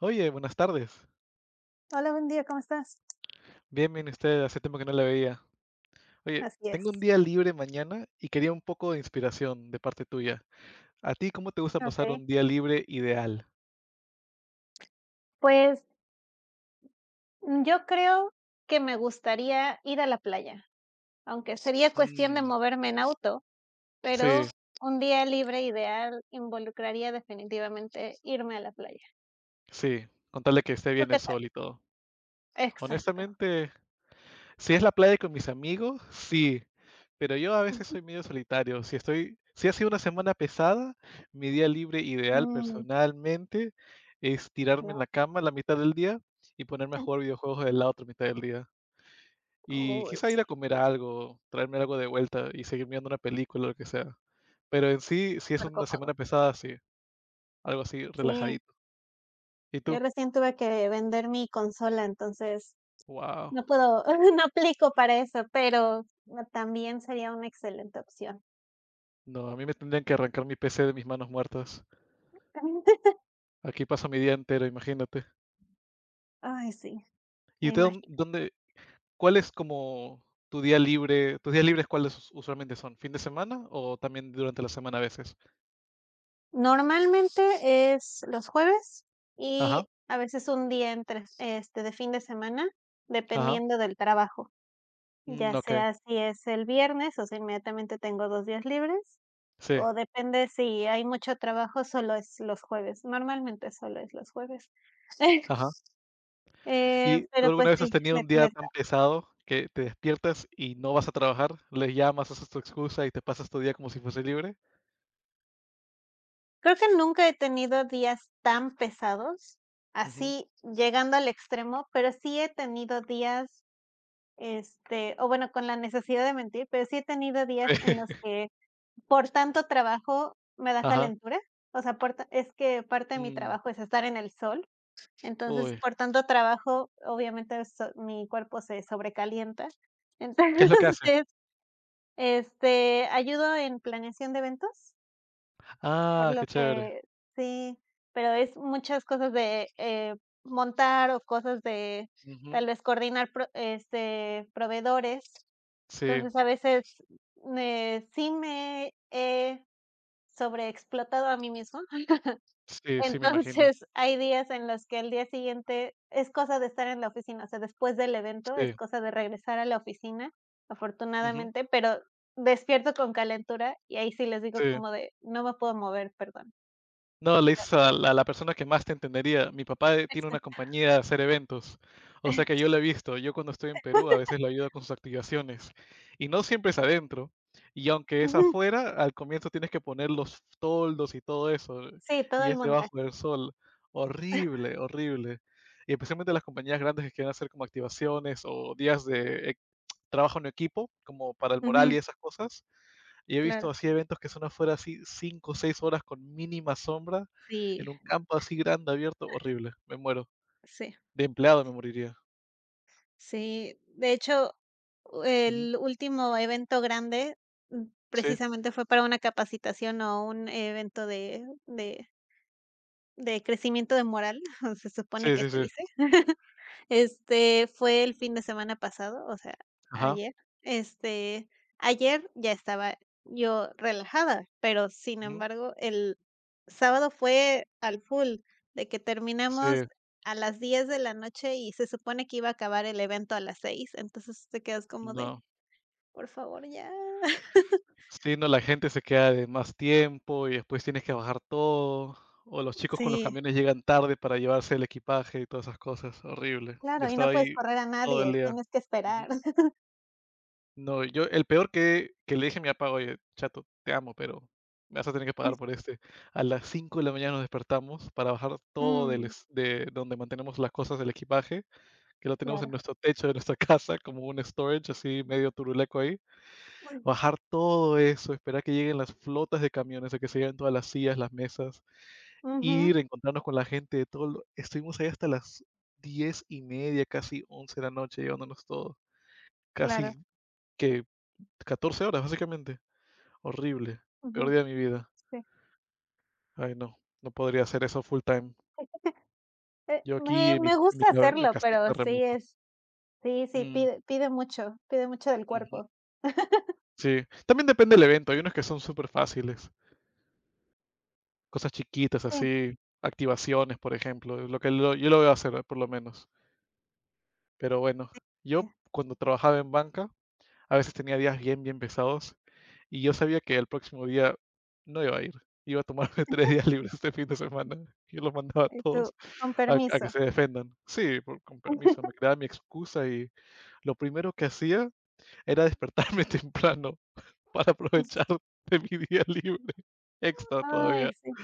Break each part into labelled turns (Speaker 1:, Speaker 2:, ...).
Speaker 1: Oye, buenas tardes.
Speaker 2: Hola, buen día, ¿cómo estás?
Speaker 1: Bien, bien, usted hace tiempo que no la veía. Oye,
Speaker 2: Así es.
Speaker 1: tengo un día libre mañana y quería un poco de inspiración de parte tuya. ¿A ti cómo te gusta pasar
Speaker 2: Ok.
Speaker 1: un día libre ideal?
Speaker 2: Pues, yo creo que me gustaría ir a la playa, aunque sería cuestión de
Speaker 1: Mm,
Speaker 2: moverme en auto, pero
Speaker 1: sí,
Speaker 2: un día libre ideal involucraría definitivamente irme a la playa.
Speaker 1: sí, contarle que esté
Speaker 2: ¿Tú
Speaker 1: bien el
Speaker 2: qué tal?
Speaker 1: sol y todo.
Speaker 2: Exacto.
Speaker 1: Honestamente, si es la playa con mis amigos, sí, pero yo a veces
Speaker 2: Ujú.
Speaker 1: soy medio solitario. Si estoy, si ha sido una semana pesada, mi día libre ideal
Speaker 2: Mm,
Speaker 1: personalmente es tirarme
Speaker 2: ya.
Speaker 1: en la cama la mitad del día y ponerme a jugar videojuegos de la otra mitad del día. Y
Speaker 2: Uy,
Speaker 1: quizá ir a
Speaker 2: sí,
Speaker 1: comer algo, traerme algo de vuelta y seguir mirando una película, o lo que sea. Pero en sí, si es
Speaker 2: súper
Speaker 1: una
Speaker 2: cómodo.
Speaker 1: semana pesada, sí, algo así
Speaker 2: Sí,
Speaker 1: relajadito. ¿Y
Speaker 2: yo
Speaker 1: tú?
Speaker 2: recién tuve que vender mi consola, entonces
Speaker 1: Wow.
Speaker 2: no puedo no aplico para eso, pero, también sería una excelente opción.
Speaker 1: No, a mí me tendrían que arrancar mi PC de mis manos muertas. Aquí paso mi día entero, imagínate.
Speaker 2: Ay, sí,
Speaker 1: ¿Y
Speaker 2: me
Speaker 1: de
Speaker 2: imagino.
Speaker 1: dónde, cuál es como tu día libre? ¿Tus días libres cuáles usualmente son? ¿Fin de semana o también durante la semana a veces?
Speaker 2: Normalmente es los jueves
Speaker 1: Ajá,
Speaker 2: y a veces un día entre de fin de semana,
Speaker 1: ajá.
Speaker 2: dependiendo del trabajo,
Speaker 1: Mm,
Speaker 2: ya
Speaker 1: ok,
Speaker 2: sea si es el viernes, o sea, inmediatamente tengo 2 días libres,
Speaker 1: sí,
Speaker 2: o depende si hay mucho trabajo, solo es los jueves. Normalmente solo es los jueves.
Speaker 1: ajá. ¿Y tú
Speaker 2: Pero
Speaker 1: alguna
Speaker 2: pues
Speaker 1: vez has
Speaker 2: sí,
Speaker 1: tenido un
Speaker 2: depende
Speaker 1: día
Speaker 2: del
Speaker 1: tan
Speaker 2: trabajo.
Speaker 1: pesado que te despiertas y no vas a trabajar? ¿Les llamas, haces tu excusa y te pasas tu día como si fuese libre?
Speaker 2: Creo que nunca he tenido días tan pesados,
Speaker 1: Ujú, sí,
Speaker 2: así llegando al extremo, pero sí he tenido días. O bueno, con la necesidad de mentir, pero sí he tenido días en los que por tanto trabajo me da
Speaker 1: ajá,
Speaker 2: calentura, o sea, por ta es que parte de mi
Speaker 1: mm,
Speaker 2: trabajo es estar en el sol, entonces,
Speaker 1: uy,
Speaker 2: por tanto trabajo, obviamente, so mi cuerpo se sobrecalienta.
Speaker 1: ¿qué es lo que hace?
Speaker 2: Entonces, ayudo en planeación de eventos, por
Speaker 1: Ah,
Speaker 2: lo
Speaker 1: qué chévere,
Speaker 2: que sí, pero es muchas cosas de, montar o cosas de tal
Speaker 1: ujú,
Speaker 2: vez coordinar proveedores,
Speaker 1: sí,
Speaker 2: entonces, a veces, sí me he sobreexplotado a mí mismo.
Speaker 1: sí, sí, me imagino,
Speaker 2: Entonces, hay días en los que el día siguiente es cosa de estar en la oficina, o sea, después del evento es
Speaker 1: sí,
Speaker 2: cosa de regresar a la oficina,
Speaker 1: ujú,
Speaker 2: afortunadamente, pero despierto con calentura y ahí sí les digo
Speaker 1: sí.
Speaker 2: como de: "No me puedo mover, perdón".
Speaker 1: No, le dices a la persona que más te entendería. Mi papá tiene una
Speaker 2: Exacto.
Speaker 1: compañía de hacer eventos, o sea que yo lo he visto. Yo cuando estoy en Perú a veces lo ayudo con sus activaciones y no siempre es adentro. Y aunque es
Speaker 2: Ujú.
Speaker 1: afuera, al comienzo tienes que poner los toldos y todo eso
Speaker 2: Sí, todo
Speaker 1: y
Speaker 2: el
Speaker 1: es
Speaker 2: montaje.
Speaker 1: debajo del sol. Horrible, horrible. Y especialmente las compañías grandes que quieren hacer como activaciones o días de trabajo en equipo, como para el moral y
Speaker 2: Ujú,
Speaker 1: esas cosas y he
Speaker 2: claro.
Speaker 1: visto así eventos que son afuera así 5 o 6 horas con mínima sombra, en
Speaker 2: Sí,
Speaker 1: un campo así grande, abierto, horrible, me muero.
Speaker 2: sí,
Speaker 1: De empleado me moriría.
Speaker 2: sí. De hecho,
Speaker 1: Ujú.
Speaker 2: el último evento grande, mm,
Speaker 1: Sí,
Speaker 2: precisamente fue para una capacitación o un evento de crecimiento de moral, se supone
Speaker 1: sí,
Speaker 2: que
Speaker 1: sí,
Speaker 2: se
Speaker 1: sí.
Speaker 2: dice. Fue el fin de semana pasado, o sea,
Speaker 1: Ajá.
Speaker 2: ayer. Este, Ayer ya estaba yo relajada, pero sin
Speaker 1: Ujú.
Speaker 2: embargo, el sábado fue al full, de que terminamos
Speaker 1: Sí,
Speaker 2: a las 10 de la noche y se supone que iba a acabar el evento a las 6. Entonces te quedas como de,
Speaker 1: no.
Speaker 2: por favor, ya.
Speaker 1: Sí, no, la gente se queda de más tiempo y después tienes que bajar todo, o los chicos con los
Speaker 2: Sí,
Speaker 1: camiones llegan tarde para llevarse el equipaje y todas esas cosas, horrible. Yo
Speaker 2: claro, y
Speaker 1: estaba
Speaker 2: no puedes
Speaker 1: ahí
Speaker 2: correr a
Speaker 1: todo el
Speaker 2: nadie,
Speaker 1: día.
Speaker 2: tienes que esperar.
Speaker 1: No, yo el peor que le dije a mi papá: "Oye, chato, te amo, pero me vas a tener que pagar por este". A las 5 de la mañana nos despertamos para bajar todo del
Speaker 2: Mm,
Speaker 1: es de donde mantenemos las cosas del equipaje, que lo tenemos en
Speaker 2: claro.
Speaker 1: nuestro techo de nuestra casa, como un storage así medio turuleco ahí.
Speaker 2: Uy.
Speaker 1: Bajar todo eso, esperar que lleguen las flotas de camiones, a que se lleven todas las sillas, las mesas,
Speaker 2: Ujú,
Speaker 1: ir, encontrarnos con la gente de todo lo estuvimos ahí hasta las 10 y media, casi 11 de la noche, llevándonos todo. Casi
Speaker 2: claro,
Speaker 1: que 14 horas, básicamente. Horrible. Peor
Speaker 2: ujú,
Speaker 1: día de mi vida.
Speaker 2: sí.
Speaker 1: Ay, no, no podría hacer eso full time.
Speaker 2: Eh,
Speaker 1: Yo aquí
Speaker 2: me me
Speaker 1: en mi
Speaker 2: gusta
Speaker 1: ca en
Speaker 2: hacerlo,
Speaker 1: casita
Speaker 2: pero sí
Speaker 1: remoto.
Speaker 2: es sí, sí,
Speaker 1: Mm,
Speaker 2: pide mucho, pide mucho del
Speaker 1: ujú.
Speaker 2: cuerpo.
Speaker 1: Sí, también depende del evento. Hay unos que son superfáciles, cosas chiquitas
Speaker 2: Sí,
Speaker 1: así, activaciones, por ejemplo, es lo que lo yo lo veo hacer, por lo menos. Pero bueno, yo
Speaker 2: sí.
Speaker 1: cuando trabajaba en banca, a veces tenía días bien, bien pesados. Y yo sabía que el próximo día no iba a ir. Iba a tomarme 3 días libres este fin de semana. Yo los mandaba a
Speaker 2: Y
Speaker 1: todos
Speaker 2: tú, con
Speaker 1: a que
Speaker 2: permiso.
Speaker 1: se defendan. Sí, por con permiso, me creaba mi excusa y lo primero que hacía era despertarme temprano para aprovechar de mi día libre, extra
Speaker 2: Ay,
Speaker 1: todavía.
Speaker 2: sí,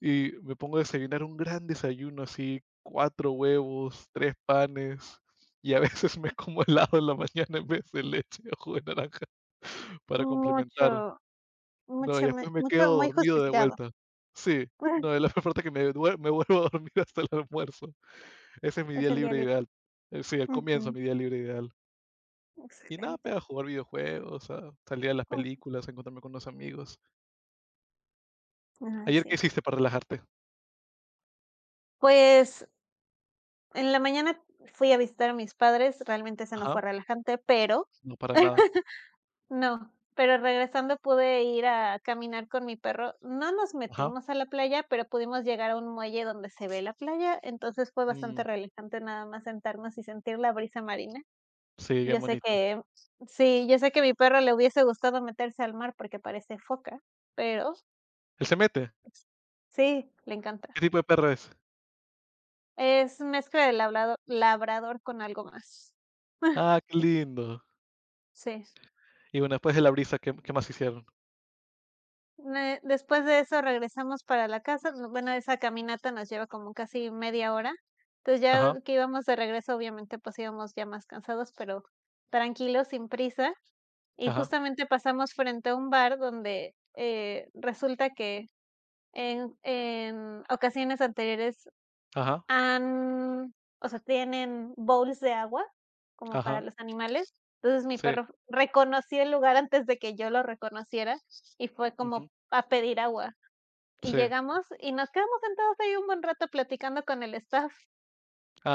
Speaker 1: Y me pongo a desayunar un gran desayuno, así, 4 huevos, 3 panes, y a veces me como helado en la mañana en vez de leche o jugo de naranja para
Speaker 2: mucho
Speaker 1: complementar. No, y
Speaker 2: mucho me
Speaker 1: después me
Speaker 2: mucho
Speaker 1: quedo
Speaker 2: muy
Speaker 1: dormido de
Speaker 2: justificado.
Speaker 1: vuelta. Sí, no, es la peor parte que me vuelvo a dormir hasta el almuerzo. Ese es mi día
Speaker 2: Es el día
Speaker 1: libre
Speaker 2: libre.
Speaker 1: ideal. Sí, el comienzo
Speaker 2: Ujú.
Speaker 1: de mi día libre ideal. Y nada,
Speaker 2: Excelente.
Speaker 1: pues, a jugar videojuegos, a salir a las
Speaker 2: Ujú.
Speaker 1: películas, a encontrarme con los amigos.
Speaker 2: Ay,
Speaker 1: ¿Ayer qué
Speaker 2: sí.
Speaker 1: hiciste para relajarte?
Speaker 2: Pues en la mañana fui a visitar a mis padres, realmente ese no fue
Speaker 1: Ajá.
Speaker 2: relajante, pero
Speaker 1: No, para nada.
Speaker 2: no, pero regresando pude ir a caminar con mi perro. No nos
Speaker 1: Ajá.
Speaker 2: metimos a la playa, pero pudimos llegar a un muelle donde se ve la playa, entonces fue
Speaker 1: Mm,
Speaker 2: bastante relajante nada más sentarnos y sentir la brisa marina.
Speaker 1: sí, bien
Speaker 2: Yo sé
Speaker 1: bonito.
Speaker 2: que sí, yo sé que a mi perro le hubiese gustado meterse al mar porque parece foca, pero
Speaker 1: ¿Él se mete?
Speaker 2: sí, le encanta.
Speaker 1: ¿Qué tipo de perro es?
Speaker 2: Es mezcla de labrador con algo más.
Speaker 1: Ah, qué lindo.
Speaker 2: Sí.
Speaker 1: Y bueno, después de la brisa, ¿qué qué más hicieron?
Speaker 2: Ne Después de eso regresamos para la casa, no- bueno, esa caminata nos lleva como casi media hora. Entonces,
Speaker 1: Ajá,
Speaker 2: ya que íbamos de regreso, obviamente, pues íbamos ya más cansados, pero tranquilos, sin prisa. Y
Speaker 1: ajá,
Speaker 2: justamente pasamos frente a un bar donde, resulta que en ocasiones anteriores
Speaker 1: ajá,
Speaker 2: han o sea, tienen bowls de agua, como para
Speaker 1: ajá.
Speaker 2: los animales. Entonces, mi
Speaker 1: Sí,
Speaker 2: perro reconoció el lugar antes de que yo lo reconociera y fue
Speaker 1: ujú,
Speaker 2: como a pedir agua. Y
Speaker 1: sí.
Speaker 2: llegamos y nos quedamos sentados ahí un buen rato platicando con el staff.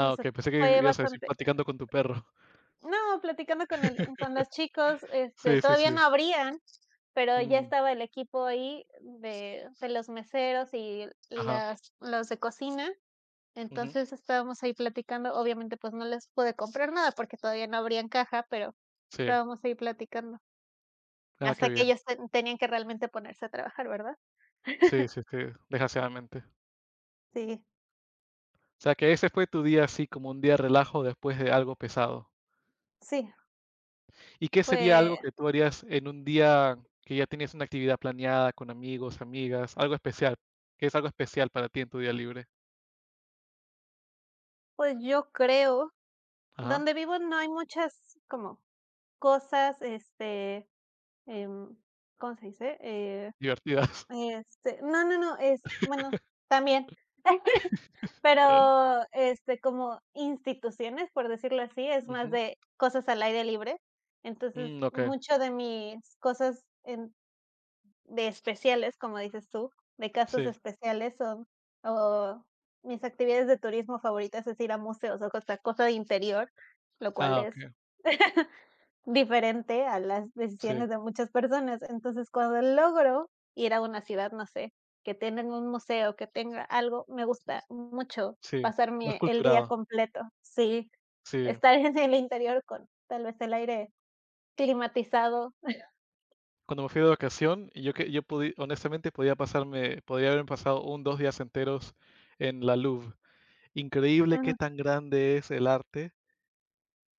Speaker 2: O sea,
Speaker 1: okey, pensé que
Speaker 2: fue
Speaker 1: ibas a decir
Speaker 2: bastante
Speaker 1: platicando con tu perro.
Speaker 2: no, platicando con los chicos,
Speaker 1: Sí, sí,
Speaker 2: todavía
Speaker 1: sí.
Speaker 2: no abrían, pero ya
Speaker 1: Mm,
Speaker 2: estaba el equipo ahí de los meseros y
Speaker 1: ajá,
Speaker 2: las los de cocina.
Speaker 1: ujú.
Speaker 2: Entonces, estábamos ahí platicando. Obviamente, pues, no les pude comprar nada porque todavía no abrían caja, pero
Speaker 1: Sí,
Speaker 2: estábamos ahí platicando
Speaker 1: ah, qué
Speaker 2: hasta que
Speaker 1: bien.
Speaker 2: ellos tenían que realmente ponerse a trabajar, ¿verdad?
Speaker 1: Sí, sí, sí, desgraciadamente.
Speaker 2: Sí,
Speaker 1: O sea, que ese fue tu día así, como un día relajo después de algo pesado.
Speaker 2: sí,
Speaker 1: ¿Y qué sería
Speaker 2: fue,
Speaker 1: algo que tú harías en un día que ya tenías una actividad planeada con amigos, amigas, algo especial? ¿Qué es algo especial para ti en tu día libre?
Speaker 2: pues, yo creo.
Speaker 1: Ajá,
Speaker 2: Donde vivo no hay muchas como cosas, em, ¿cómo se dice?
Speaker 1: divertidas.
Speaker 2: No, no, no, es bueno, también. Pero, como instituciones, por decirlo así, es más
Speaker 1: Ujú,
Speaker 2: de cosas al aire libre. Entonces,
Speaker 1: mm, okey,
Speaker 2: mucho de mis cosas en de especiales, como dices tú, de casos
Speaker 1: sí.
Speaker 2: especiales son o mis actividades de turismo favoritas es ir a museos o cosa de interior, lo cual
Speaker 1: Ah,
Speaker 2: es
Speaker 1: okey,
Speaker 2: diferente a las
Speaker 1: sí,
Speaker 2: decisiones de muchas personas. Entonces, cuando logro ir a una ciudad, no sé, que tienen un museo, que tenga algo, me gusta mucho
Speaker 1: sí, más
Speaker 2: pasarme el día
Speaker 1: culturado,
Speaker 2: completo. Sí,
Speaker 1: sí.
Speaker 2: estar en el interior con tal vez el aire climatizado.
Speaker 1: Cuando me fui de vacación, yo que yo podí honestamente podía pasarme podía haberme pasado un 2 días enteros en la Louvre. Increíble qué
Speaker 2: Ujú.
Speaker 1: tan grande es el arte,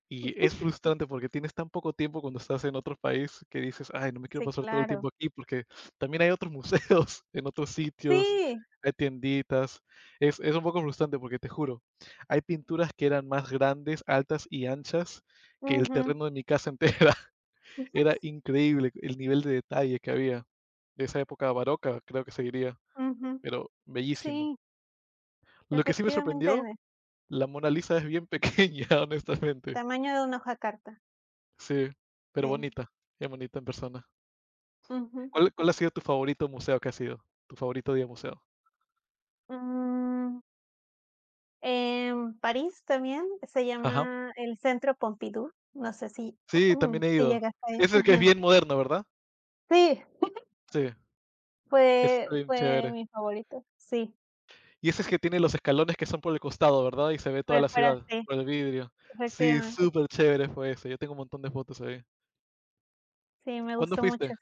Speaker 1: y es frustrante porque tienes tan poco tiempo cuando estás en otro país que dices: "Ay, no me quiero
Speaker 2: Sí,
Speaker 1: pasar todo el
Speaker 2: claro.
Speaker 1: tiempo aquí", porque también hay otros museos en otros sitios,
Speaker 2: Sí.
Speaker 1: hay tienditas. Es un poco frustrante porque te juro, hay pinturas que eran más grandes, altas y anchas que el
Speaker 2: Ujú.
Speaker 1: terreno de mi casa entera. Era increíble el nivel de detalle que había de esa época barroca, creo que se diría,
Speaker 2: Ujú.
Speaker 1: pero bellísimo.
Speaker 2: Sí,
Speaker 1: Lo que sí me
Speaker 2: efectivamente,
Speaker 1: sorprendió,
Speaker 2: de
Speaker 1: la Mona Lisa es bien pequeña, honestamente.
Speaker 2: tamaño de una hoja carta,
Speaker 1: Sí, pero
Speaker 2: sí.
Speaker 1: bonita, es bonita en persona.
Speaker 2: Ujú.
Speaker 1: ¿Cuál ha sido tu favorito museo que has ido? Tu favorito día de museo.
Speaker 2: Mm, en París también se
Speaker 1: Ajá.
Speaker 2: llama el Centro Pompidou, no sé si
Speaker 1: Sí, también he
Speaker 2: si
Speaker 1: ido.
Speaker 2: llegaste,
Speaker 1: Ese es que es
Speaker 2: ajá.
Speaker 1: bien moderno, ¿verdad?
Speaker 2: Sí,
Speaker 1: Sí, ese
Speaker 2: fue
Speaker 1: está bien
Speaker 2: fue
Speaker 1: chévere.
Speaker 2: mi favorito, sí,
Speaker 1: Y ese es que tiene los escalones que son por el costado, ¿verdad? Y se ve toda
Speaker 2: por
Speaker 1: la
Speaker 2: fuera
Speaker 1: ciudad
Speaker 2: sí,
Speaker 1: por el vidrio. Sí,
Speaker 2: efectivamente.
Speaker 1: súper chévere fue ese. Yo tengo un montón de fotos ahí.
Speaker 2: Sí, me
Speaker 1: ¿Cuándo
Speaker 2: gustó
Speaker 1: fuiste?
Speaker 2: mucho.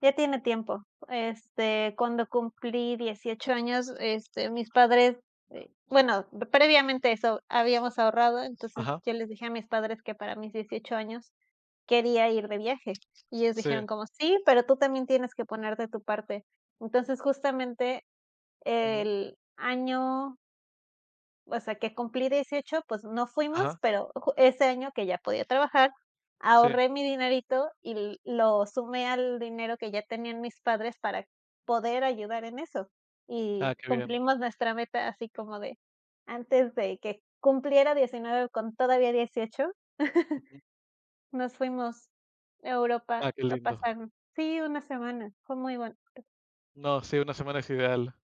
Speaker 2: Ya tiene tiempo. Cuando cumplí 18 años, mis padres, bueno, previamente eso habíamos ahorrado, entonces
Speaker 1: Ajá,
Speaker 2: yo les dije a mis padres que para mis 18 años quería ir de viaje. Y ellos
Speaker 1: sí,
Speaker 2: dijeron como: "Sí, pero tú también tienes que poner de tu parte". Entonces, justamente
Speaker 1: ujú,
Speaker 2: el año o sea, que cumplí 18 pues no fuimos,
Speaker 1: ajá,
Speaker 2: pero ju ese año que ya podía trabajar,
Speaker 1: sí.
Speaker 2: ahorré mi dinerito y lo sumé al dinero que ya tenían mis padres para poder ayudar en eso.
Speaker 1: Ah,
Speaker 2: Y
Speaker 1: qué bien.
Speaker 2: cumplimos nuestra meta así como de antes de que cumpliera 19 con todavía 18
Speaker 1: Ujú.
Speaker 2: nos fuimos a Europa
Speaker 1: Ah, qué
Speaker 2: a
Speaker 1: lindo.
Speaker 2: pasar sí, una semana, fue muy bueno.
Speaker 1: No, sí, una semana es ideal.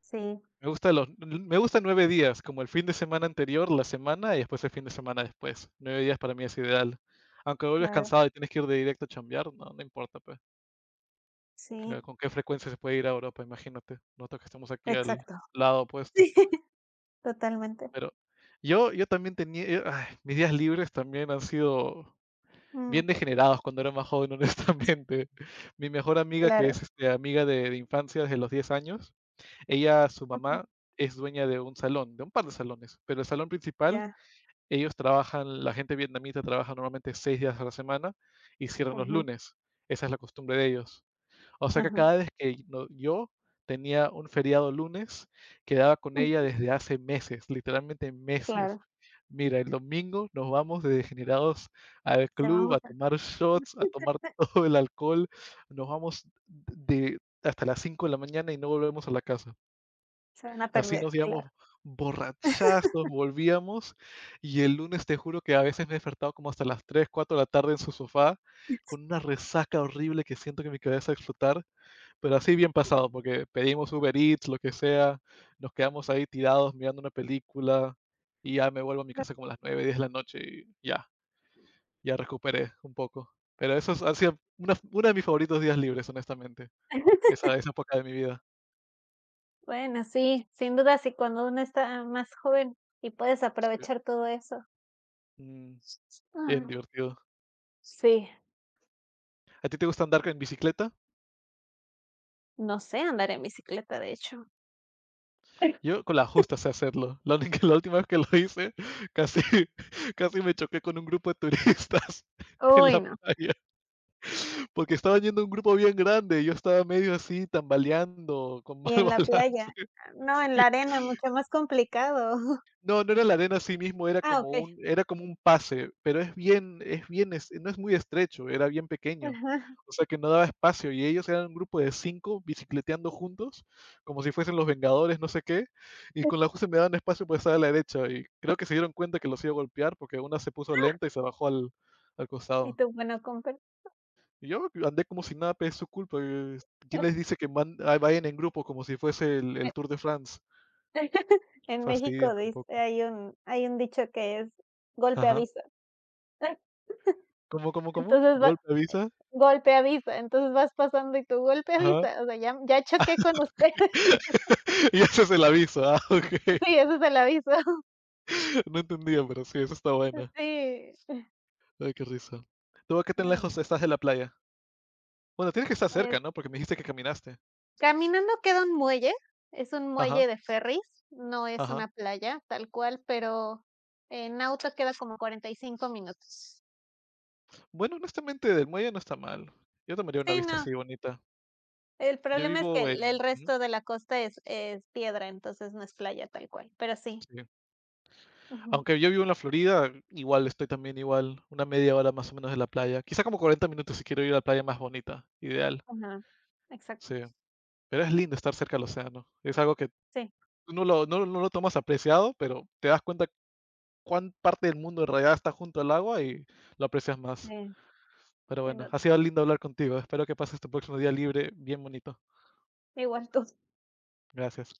Speaker 2: Sí,
Speaker 1: Me gusta me gusta 9 días, como el fin de semana anterior, la semana y después el fin de semana después. 9 días para mí es ideal. Aunque vuelves
Speaker 2: claro,
Speaker 1: cansado y tienes que ir de directo a chambear, no, no importa, pues. Que
Speaker 2: sí,
Speaker 1: con qué frecuencia se puede ir a Europa, imagínate. Nosotros que estamos aquí al
Speaker 2: exacto.
Speaker 1: lado opuesto.
Speaker 2: Sí, totalmente.
Speaker 1: Pero yo también tenía, ay, mis días libres también han sido
Speaker 2: Mm,
Speaker 1: bien degenerados cuando era más joven, honestamente. Mi mejor amiga, que
Speaker 2: claro.
Speaker 1: es este, amiga de infancia desde los 10 años, ella, su mamá, es dueña de un salón, de un par de salones, pero el salón principal,
Speaker 2: Ya,
Speaker 1: ellos trabajan, la gente vietnamita trabaja normalmente 6 días a la semana y cierran los
Speaker 2: ajá,
Speaker 1: lunes. Esa es la costumbre de ellos. O sea que
Speaker 2: ajá,
Speaker 1: cada vez que no yo tenía un feriado lunes, quedaba con ella desde hace meses, literalmente meses.
Speaker 2: claro,
Speaker 1: Mira, el domingo nos vamos de degenerados al
Speaker 2: se
Speaker 1: club
Speaker 2: vamos
Speaker 1: a
Speaker 2: a
Speaker 1: tomar shots, a tomar todo el alcohol, nos vamos de hasta las 5 de la mañana y no volvemos a la casa.
Speaker 2: se van a
Speaker 1: Así
Speaker 2: perder,
Speaker 1: nos íbamos
Speaker 2: claro.
Speaker 1: borrachazos, volvíamos y el lunes te juro que a veces me he despertado como hasta las 3, 4 de la tarde en su sofá con una resaca horrible que siento que mi cabeza va a explotar, pero así bien pasado, porque pedimos Uber Eats, lo que sea, nos quedamos ahí tirados mirando una película y ya me vuelvo a mi casa como a las 9, 10 de la noche y ya, ya recuperé un poco. Pero eso ha sido una de mis favoritos días libres, honestamente, esa época de mi vida.
Speaker 2: Bueno, sí, sin duda, sí, cuando uno está más joven y puedes
Speaker 1: Sí.
Speaker 2: aprovechar todo eso.
Speaker 1: Mm, bien
Speaker 2: Ah,
Speaker 1: divertido.
Speaker 2: sí,
Speaker 1: ¿A ti te gusta andar en bicicleta?
Speaker 2: no sé andar en bicicleta, de hecho.
Speaker 1: Yo con la justa sé hacerlo. La única, la última vez que lo hice, casi, casi me choqué con un grupo de turistas en
Speaker 2: Uy,
Speaker 1: la
Speaker 2: no.
Speaker 1: playa, porque estaba yendo un grupo bien grande, y yo estaba medio así tambaleando, con mal
Speaker 2: Y en la playa,
Speaker 1: balance.
Speaker 2: no, en la arena, mucho más complicado.
Speaker 1: No, no era la arena así mismo,
Speaker 2: Ah, okey,
Speaker 1: era como un pase, pero es bien es bien es no es muy estrecho, era bien pequeño.
Speaker 2: ajá.
Speaker 1: O sea, que no daba espacio, y ellos eran un grupo de 5 bicicleteando juntos, como si fuesen los Vengadores, no sé qué, y con la justa me daban espacio por estar a la derecha, y creo que se dieron cuenta que los iba a golpear, porque una se puso lenta y se bajó al al
Speaker 2: Y
Speaker 1: costado.
Speaker 2: tú, bueno, compen.
Speaker 1: Y yo andé como si nada, pero es su culpa. ¿Quién les dice que vayan en grupo como si fuese el Tour de France?
Speaker 2: En
Speaker 1: Fastidien
Speaker 2: México dice
Speaker 1: tampoco.
Speaker 2: hay un dicho que es golpe
Speaker 1: Ajá.
Speaker 2: aviso.
Speaker 1: ¿Cómo?
Speaker 2: Entonces va
Speaker 1: ¿Golpe avisa?
Speaker 2: Golpe avisa, entonces vas pasando y tu golpe
Speaker 1: Ajá.
Speaker 2: avisa, o sea, ya choqué con ustedes.
Speaker 1: Y ese es el aviso. Ah, ok.
Speaker 2: Sí, ese es el aviso.
Speaker 1: No entendía, pero sí, eso está buena.
Speaker 2: Sí.
Speaker 1: Ay, qué risa. ¿Tú a qué tan
Speaker 2: Ay,
Speaker 1: lejos estás de la playa? Bueno, tienes que estar
Speaker 2: pues,
Speaker 1: cerca, ¿no? Porque me dijiste que caminaste.
Speaker 2: caminando queda un muelle, es un
Speaker 1: Ajá,
Speaker 2: muelle de ferries, no es
Speaker 1: ajá.
Speaker 2: una playa tal cual, pero en auto queda como 45 minutos.
Speaker 1: Bueno, honestamente, del muelle no está mal. Yo tomaría una
Speaker 2: Sí,
Speaker 1: vista
Speaker 2: no,
Speaker 1: así bonita.
Speaker 2: el
Speaker 1: Yo
Speaker 2: problema es que
Speaker 1: vivo
Speaker 2: el
Speaker 1: en... ujú,
Speaker 2: resto de la costa es piedra, entonces no es playa tal cual, pero sí.
Speaker 1: sí.
Speaker 2: Ujú.
Speaker 1: Aunque yo vivo en la Florida, igual estoy también igual, una media hora más o menos de la playa. Quizá como 40 minutos si quiero ir a la playa más bonita, ideal.
Speaker 2: Ajá. Exacto.
Speaker 1: Sí, pero es lindo estar cerca del océano. Es algo que
Speaker 2: Sí,
Speaker 1: tú no lo, no, no lo tomas apreciado, pero te das cuenta cuán parte del mundo en realidad está junto al agua y lo aprecias más.
Speaker 2: sí,
Speaker 1: Pero
Speaker 2: sin
Speaker 1: bueno,
Speaker 2: duda.
Speaker 1: ha sido lindo hablar contigo. Espero que pases tu próximo día libre bien bonito.
Speaker 2: Igual tú.
Speaker 1: Gracias.